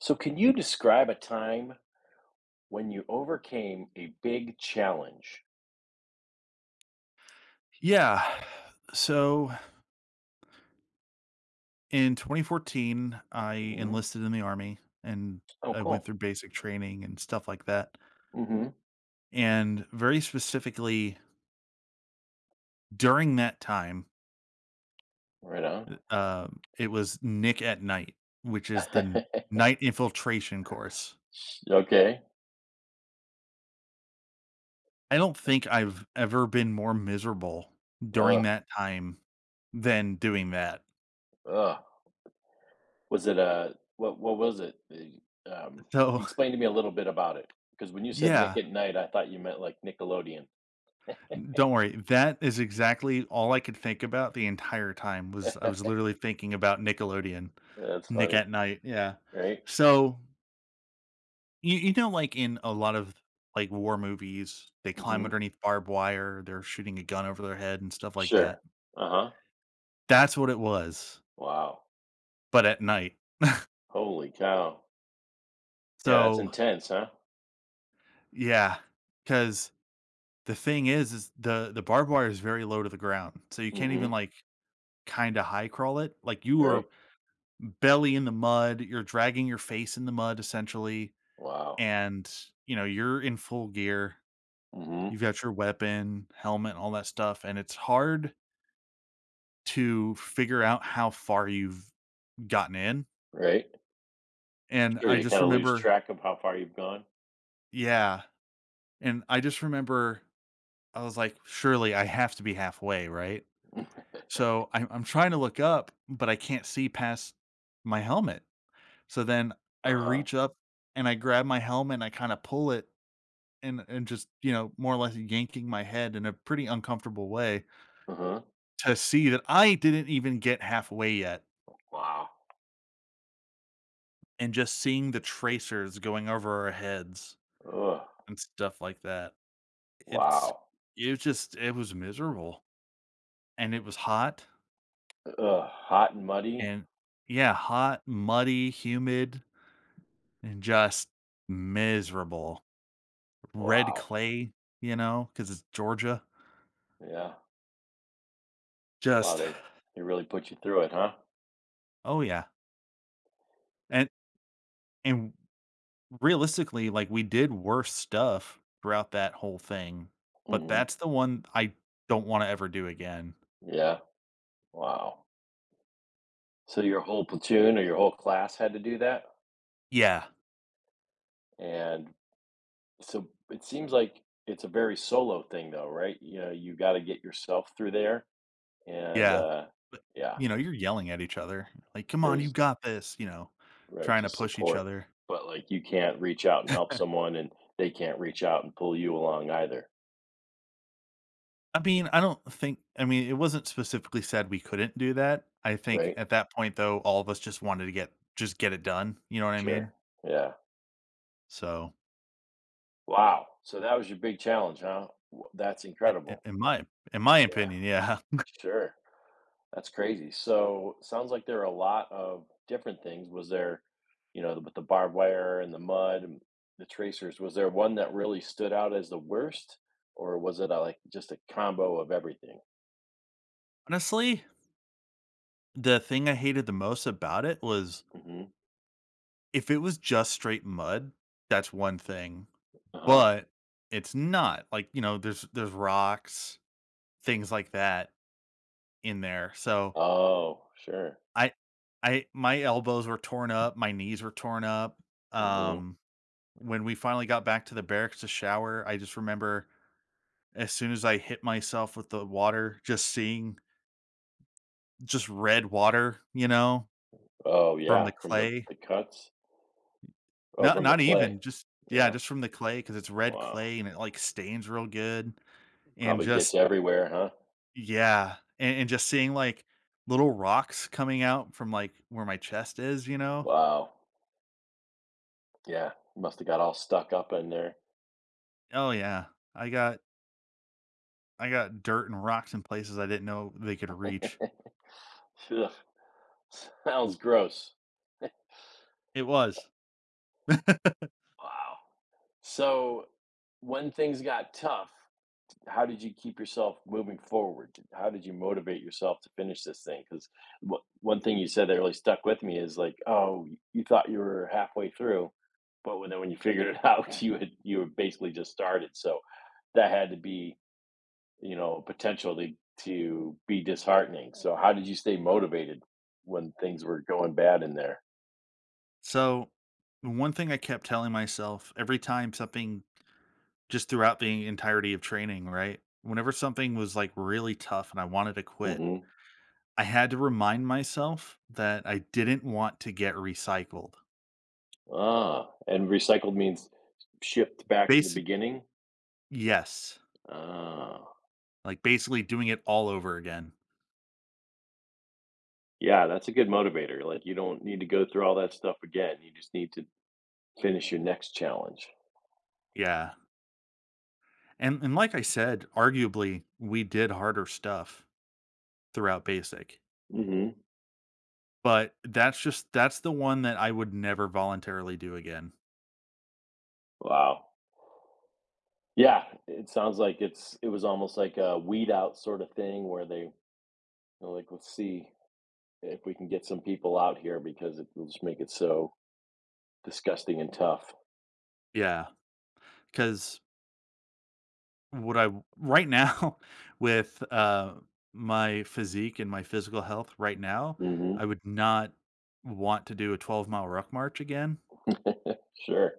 So, can you describe a time when you overcame a big challenge? Yeah. So in 2014, I Hmm. enlisted in the army and Oh, I went cool. through basic training and stuff like that. Hmm. And very specifically during that time, Right on. It was Nick at Night, which is the night infiltration course. Okay. I don't think I've ever been more miserable Uh, during that time than doing that. uh. Was it a what was it? Um, So, Explain to me a little bit about it. Because when you said Nick yeah, at Night, I thought you meant like Nickelodeon. don't worry. That is exactly all I could think about the entire time was I was literally thinking about Nickelodeon. That's Nick funny, at Night, yeah. right? So, you know, like, in a lot of, like, war movies, they climb Hmm. underneath barbed wire, they're shooting a gun over their head and stuff like that. Sure. Uh-huh. That's what it was, Wow. but at night. Holy cow. Yeah, that's So, intense, huh? yeah. Because the thing is the barbed wire is very low to the ground, so you can't even, Hmm. like, kinda high crawl it. Like, you Right. were belly in the mud, you're dragging your face in the mud essentially, Wow. and, you know, you're in full gear. Hmm. You've got your weapon, helmet, all that stuff, and it's hard to figure out how far you've gotten in, Right. and Sure, I you just kind of lose remember. track of how far you've gone. Yeah, and I just remember I was like, "Surely I have to be halfway, right?" So I'm trying to look up, but I can't see past my helmet. So then I Uh-huh. reach up and I grab my helmet and I kinda pull it and just, you know, more or less yanking my head in a pretty uncomfortable way Uh-huh. to see that I didn't even get halfway yet, Wow. and just seeing the tracers going over our heads Ugh. and stuff like that. It's Wow. it just it was miserable, and it was hot, Ugh. Hot and muddy. and yeah, hot, muddy, humid, and just miserable. Red Wow. clay, you know because it's Georgia. Yeah. Wow, Just they really put you through it, huh? oh, yeah, and and realistically, like, we did worse stuff throughout that whole thing, but Mhm. that's the one I don't wanna ever do again. Yeah. Wow. So your whole platoon or your whole class had to do that? Yeah, And so it seems like it's a very solo thing though, right? You know, you gotta get yourself through there and yeah, uh but, yeah, you know, you're yelling at each other, like, "Come on, you there's got this," you know, right, trying to just push each support. other. But, like, you can't reach out and help someone, and they can't reach out and pull you along either, I mean, I don't think I mean, it wasn't specifically said we couldn't do that. I think right? at that point, though, all of us just wanted to get just get it done, you know what I Sure. mean? Yeah. So, Wow. So that was your big challenge, huh? W that's I incredible. In my Yeah. opinion, yeah. Sure. That's crazy. So, sounds like there are a lot of different things. You know, with the barbed wire and the mud and the tracers, was there one that really stood out as the worst, or was it like, just a combo of everything? Honestly, the thing I hated the most about it was Mhm. if it was just straight mud, that's one thing, Uh-huh. but it's not, like, you know, there's rocks, things like that in there, so Oh, sure. I I my elbows were torn up, my knees were torn up, Mhm. um, when we finally got back to the barracks to shower, I just remember as soon as I hit myself with the water, just seeing just red water, you know, Oh, from yeah, the from the clay. the cuts? Oh, Not from the not clay. even, just yeah, Yeah. just from the clay because it's red Wow. clay and it, like, stains real good. And Probably gets just everywhere, huh? yeah, and just seeing, like, little rocks coming out from, like, where my chest is, you know? Wow. Yeah. Must have got all stuck up in there. Oh, yeah. I got I got dirt and rocks in places I didn't know they could reach. Ugh, sounds gross. It was. Wow. So when things got tough, how did you keep yourself moving forward? How did you motivate yourself to finish this thing? Because one thing you said that really stuck with me is like, oh, you thought you were halfway through, but when you figured it out, you were basically just started. So that had to be, you know, potentially to be disheartening. So how did you stay motivated when things were going bad in there? So, one thing I kept telling myself every time something just throughout the entirety of training, right? Whenever something was, like, really tough and I wanted to quit, Hmm. I had to remind myself that I didn't want to get recycled. Ah, and recycled means shipped back to the Basic beginning. Yes. Ah. Like, basically doing it all over again. Yeah, that's a good motivator, like, you don't need to go through all that stuff again, you just need to finish your next challenge. Yeah. And like I said, arguably, we did harder stuff throughout basic, Mhm. but that's the one that I would never voluntarily do again. Wow. Yeah, it sounds like it was almost like a weed out sort of thing where they were like, "Let's see if we can get some people out here because it will just make it so disgusting and tough." Yeah. Because what I right now with, my physique and my physical health right now, Mhm. I would not want to do a 12-mile ruck march again, Sure.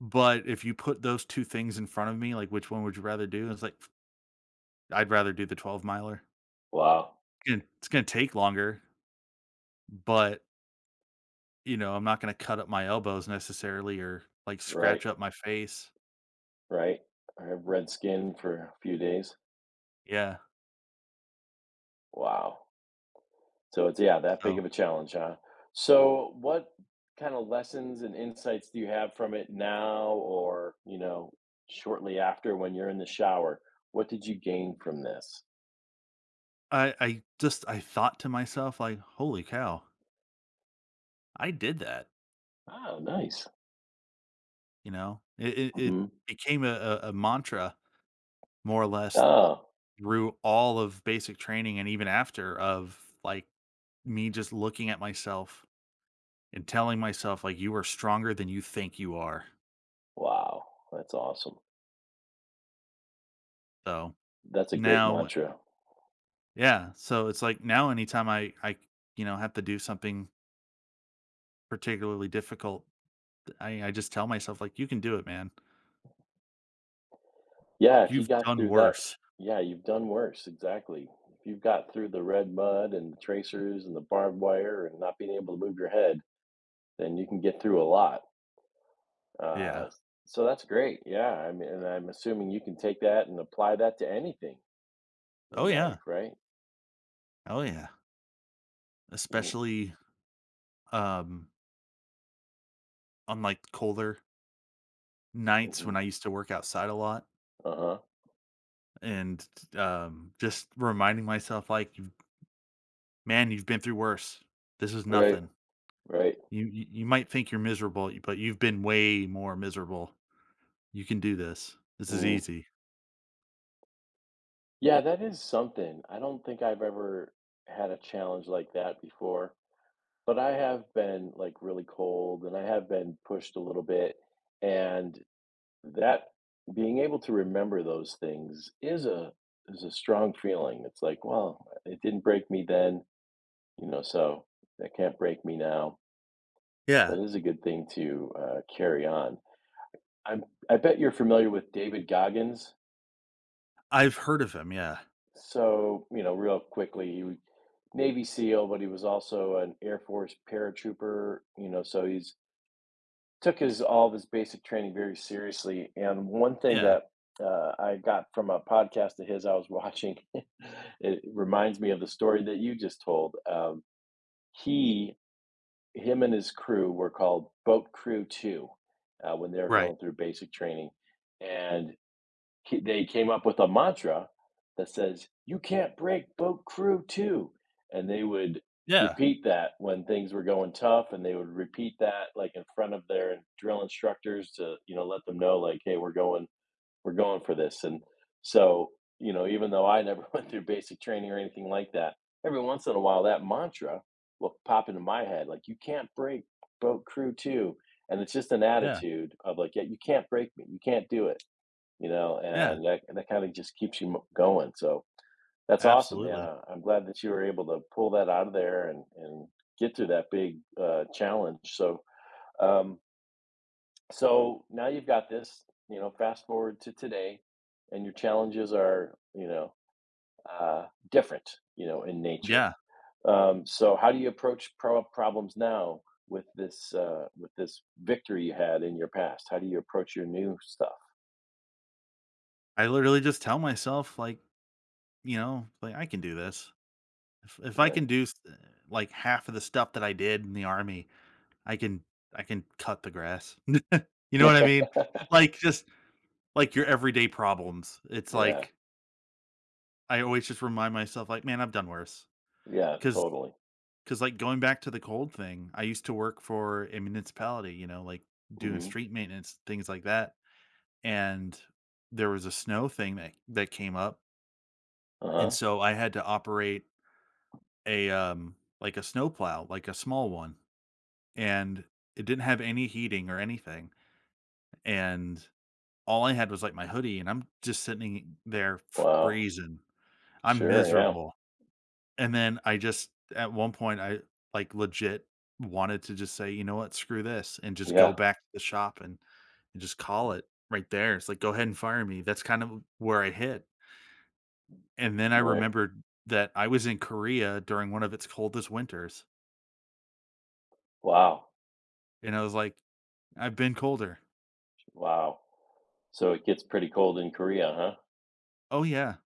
but if you put those 2 things in front of me, like, "Which one would you rather do?" It's like, "I'd rather do the 12-miler." Wow. Gonna it's gonna take longer, but, you know, I'm not gonna cut up my elbows necessarily or, like, Right, scratch up my face. right. I have red skin for a few days. Yeah, Wow. So it's, yeah, that big so of a challenge, huh? So what kind of lessons and insights do you have from it now or, you know, shortly after when you're in the shower? What did you gain from this? I just I thought to myself, like, "Holy cow, I did that," Oh, nice. you know? It Mhm. became a mantra more or less Oh, through all of basic training and even after of, like, me just looking at myself and telling myself, like, "You are stronger than you think you are." wow. That's awesome. So, That's a great now mantra. yeah, so it's like now anytime you know, have to do something particularly difficult, I just tell myself like, "You can do it, man. Yeah, if you You've got done through that, worse." yeah, you've done worse. Exactly. If you've got through the red mud and the tracers and the barbed wire and not being able to move your head, then you can get through a lot. Uh, Yeah. so that's great. Yeah, I mean, and I'm assuming you can take that and apply that to anything Oh, in life, yeah. right? Oh, yeah. Even Especially, um, on, like, colder nights mhm, when I used to work outside a lot uh-huh. and, just reminding myself like, "You man, you've been through worse. This is Right, nothing. right. You might think you're miserable, but you've been way more miserable. You can do this. This is Mm. easy." Yeah, that is something. I don't think I've ever had a challenge like that before, but I have been like really cold and I have been pushed a little bit. And that being able to remember those things is a strong feeling. It's like, well, it didn't break me then. You know, so that can't break me now. That Yeah. is a good thing to carry on. I'm, I bet you're familiar with David Goggins. I've heard of him, yeah. So, you know, real quickly, he was Navy SEAL, but he was also an Air Force paratrooper. You know, so he's took his all of his basic training very seriously. And one thing Yeah, that I got from a podcast of his I was watching, it reminds me of the story that you just told. He him and his crew were called Boat Crew Two when they were right. going through basic training, and they came up with a mantra that says, "You can't break Boat Crew Two," and they would Yeah, repeat that when things were going tough, and they would repeat that like in front of their drill instructors to, you know, let them know like, "Hey, we're going for this." And so, you know, even though I never went through basic training or anything like that, every once in a while that mantra will pop into my head like, you can't break boat crew two. And it's just an yeah, attitude of like, yeah, you can't break me. You can't do it, you know, yeah, and that kind of just keeps you going. So that's awesome. absolutely. Yeah. I'm glad that you were able to pull that out of there, and get through that big challenge. Um, so now you've got this, you know, fast forward to today, and your challenges are, you know, different, you know, in nature. Yeah, So how do you approach problems now with this victory you had in your past? How do you approach your new stuff? I literally just tell myself, like, you know, like, "I can do this." If I Right? can do s like, half of the stuff that I did in the army, I can I can cut the grass. You know what I mean? Like, just, like, your everyday problems. It's yeah, like, I always just remind myself, like, "Man, I've done worse yeah, because totally. Like, going back to the cold thing, I used to work for a municipality, you know, like, doing Hmm. street maintenance, things like that. And there was a snow thing that came up, Uh and huh. so I had to operate a, like a snow plow, like a small one, and it didn't have any heating or anything, and all I had was, like, my hoodie, and I'm just sitting there Wow. freezing. I'm Sure. Yeah. miserable, and then I just at one point, like, legit wanted to just say, "You know what? Screw this," and just go Yeah. back to the shop and just call it right there. It's like, "Go ahead and fire me." That's kind of where I hit. And then I Right. remembered that I was in Korea during one of its coldest winters, Wow. and I was like, "I've been colder." Wow. So it gets pretty cold in Korea, huh? Oh, yeah.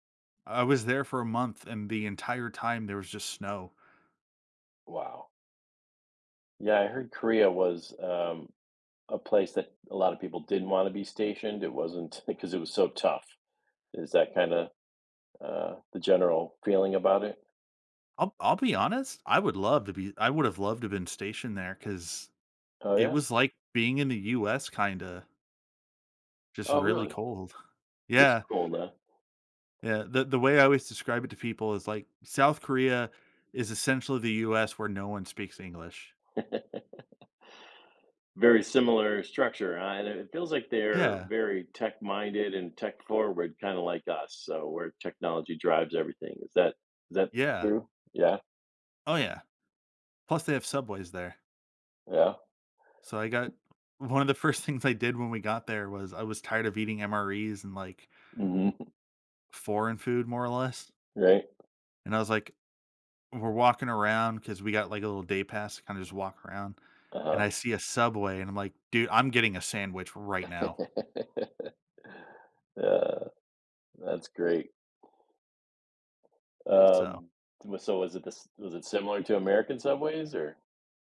I was there for a month, and the entire time there was just snow. Wow. Yeah, I heard Korea was. A place that a lot of people didn't want to be stationed. It wasn't because it was so tough. Is that kind of the general feeling about it? I'll be honest, I would have loved to have been stationed there because Oh it yeah. was like being in the US kinda, just Oh really really? cold. Just Yeah, cool. Huh? yeah, the way I always describe it to people is like, South Korea is essentially the US where no one speaks English. Very similar structure, huh? And it feels like they're Yeah, very tech minded and tech forward, kind of like us. So where technology drives everything. Is that yeah. true? Yeah. Oh, yeah. Plus, they have subways there. Yeah. So I got one of the first things I did when we got there was I was tired of eating MREs and like Hmm. foreign food more or less. Right. And I was like, we're walking around because we got like a little day pass to kind of just walk around. And Uh I see a Subway and I'm like, dude, I'm getting a sandwich right now. huh. yeah. That's great. So, Um, w so was it similar to American Subways or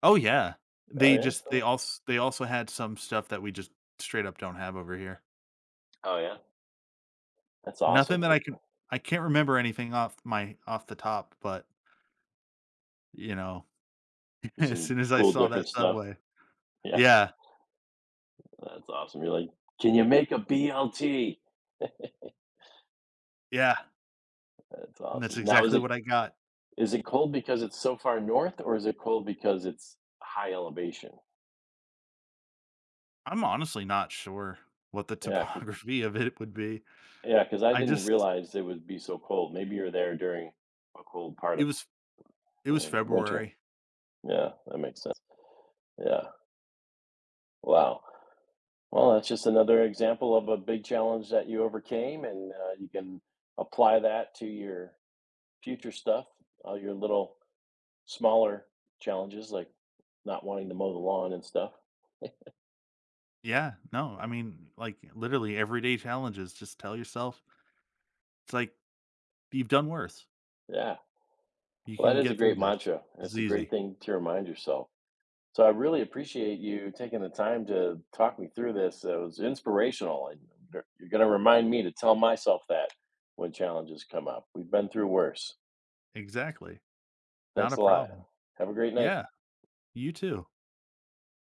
oh yeah. oh, They yeah, just, cool. They also had some stuff that we just straight up don't have over here. Oh, yeah, that's Nothing awesome. that I It can, I can't remember anything off my, off the top, but you know, there's as some soon as I cool saw that different stuff. Subway, Yeah, yeah, that's awesome. You're like, "Can you make a BLT?" yeah, That's and that's awesome. Now exactly what I got. is it cold because it's so far north, or is it cold because it's high elevation? I'm honestly not sure what the Yeah, cause topography of it would be. yeah, cause I I didn't just realize it would be so cold. Maybe you're there during a cold part it of, was it you was know, winter. February. Yeah, that makes sense. Yeah, wow. Well, that's just another example of a big challenge that you overcame, and you can apply that to your future stuff, all your little smaller challenges like not wanting to mow the lawn and stuff. Yeah, no, I mean, like, literally everyday challenges, just tell yourself, it's like, "You've done worse. Yeah. You Well, that can is a get through great this. mantra, and It's it's a great easy." thing to remind yourself. So I really appreciate you taking the time to talk me through this. It was inspirational, and you're going to remind me to tell myself that when challenges come up. We've been through worse. Exactly. Not Thanks a a lot. problem. Have a great night. Yeah, you too.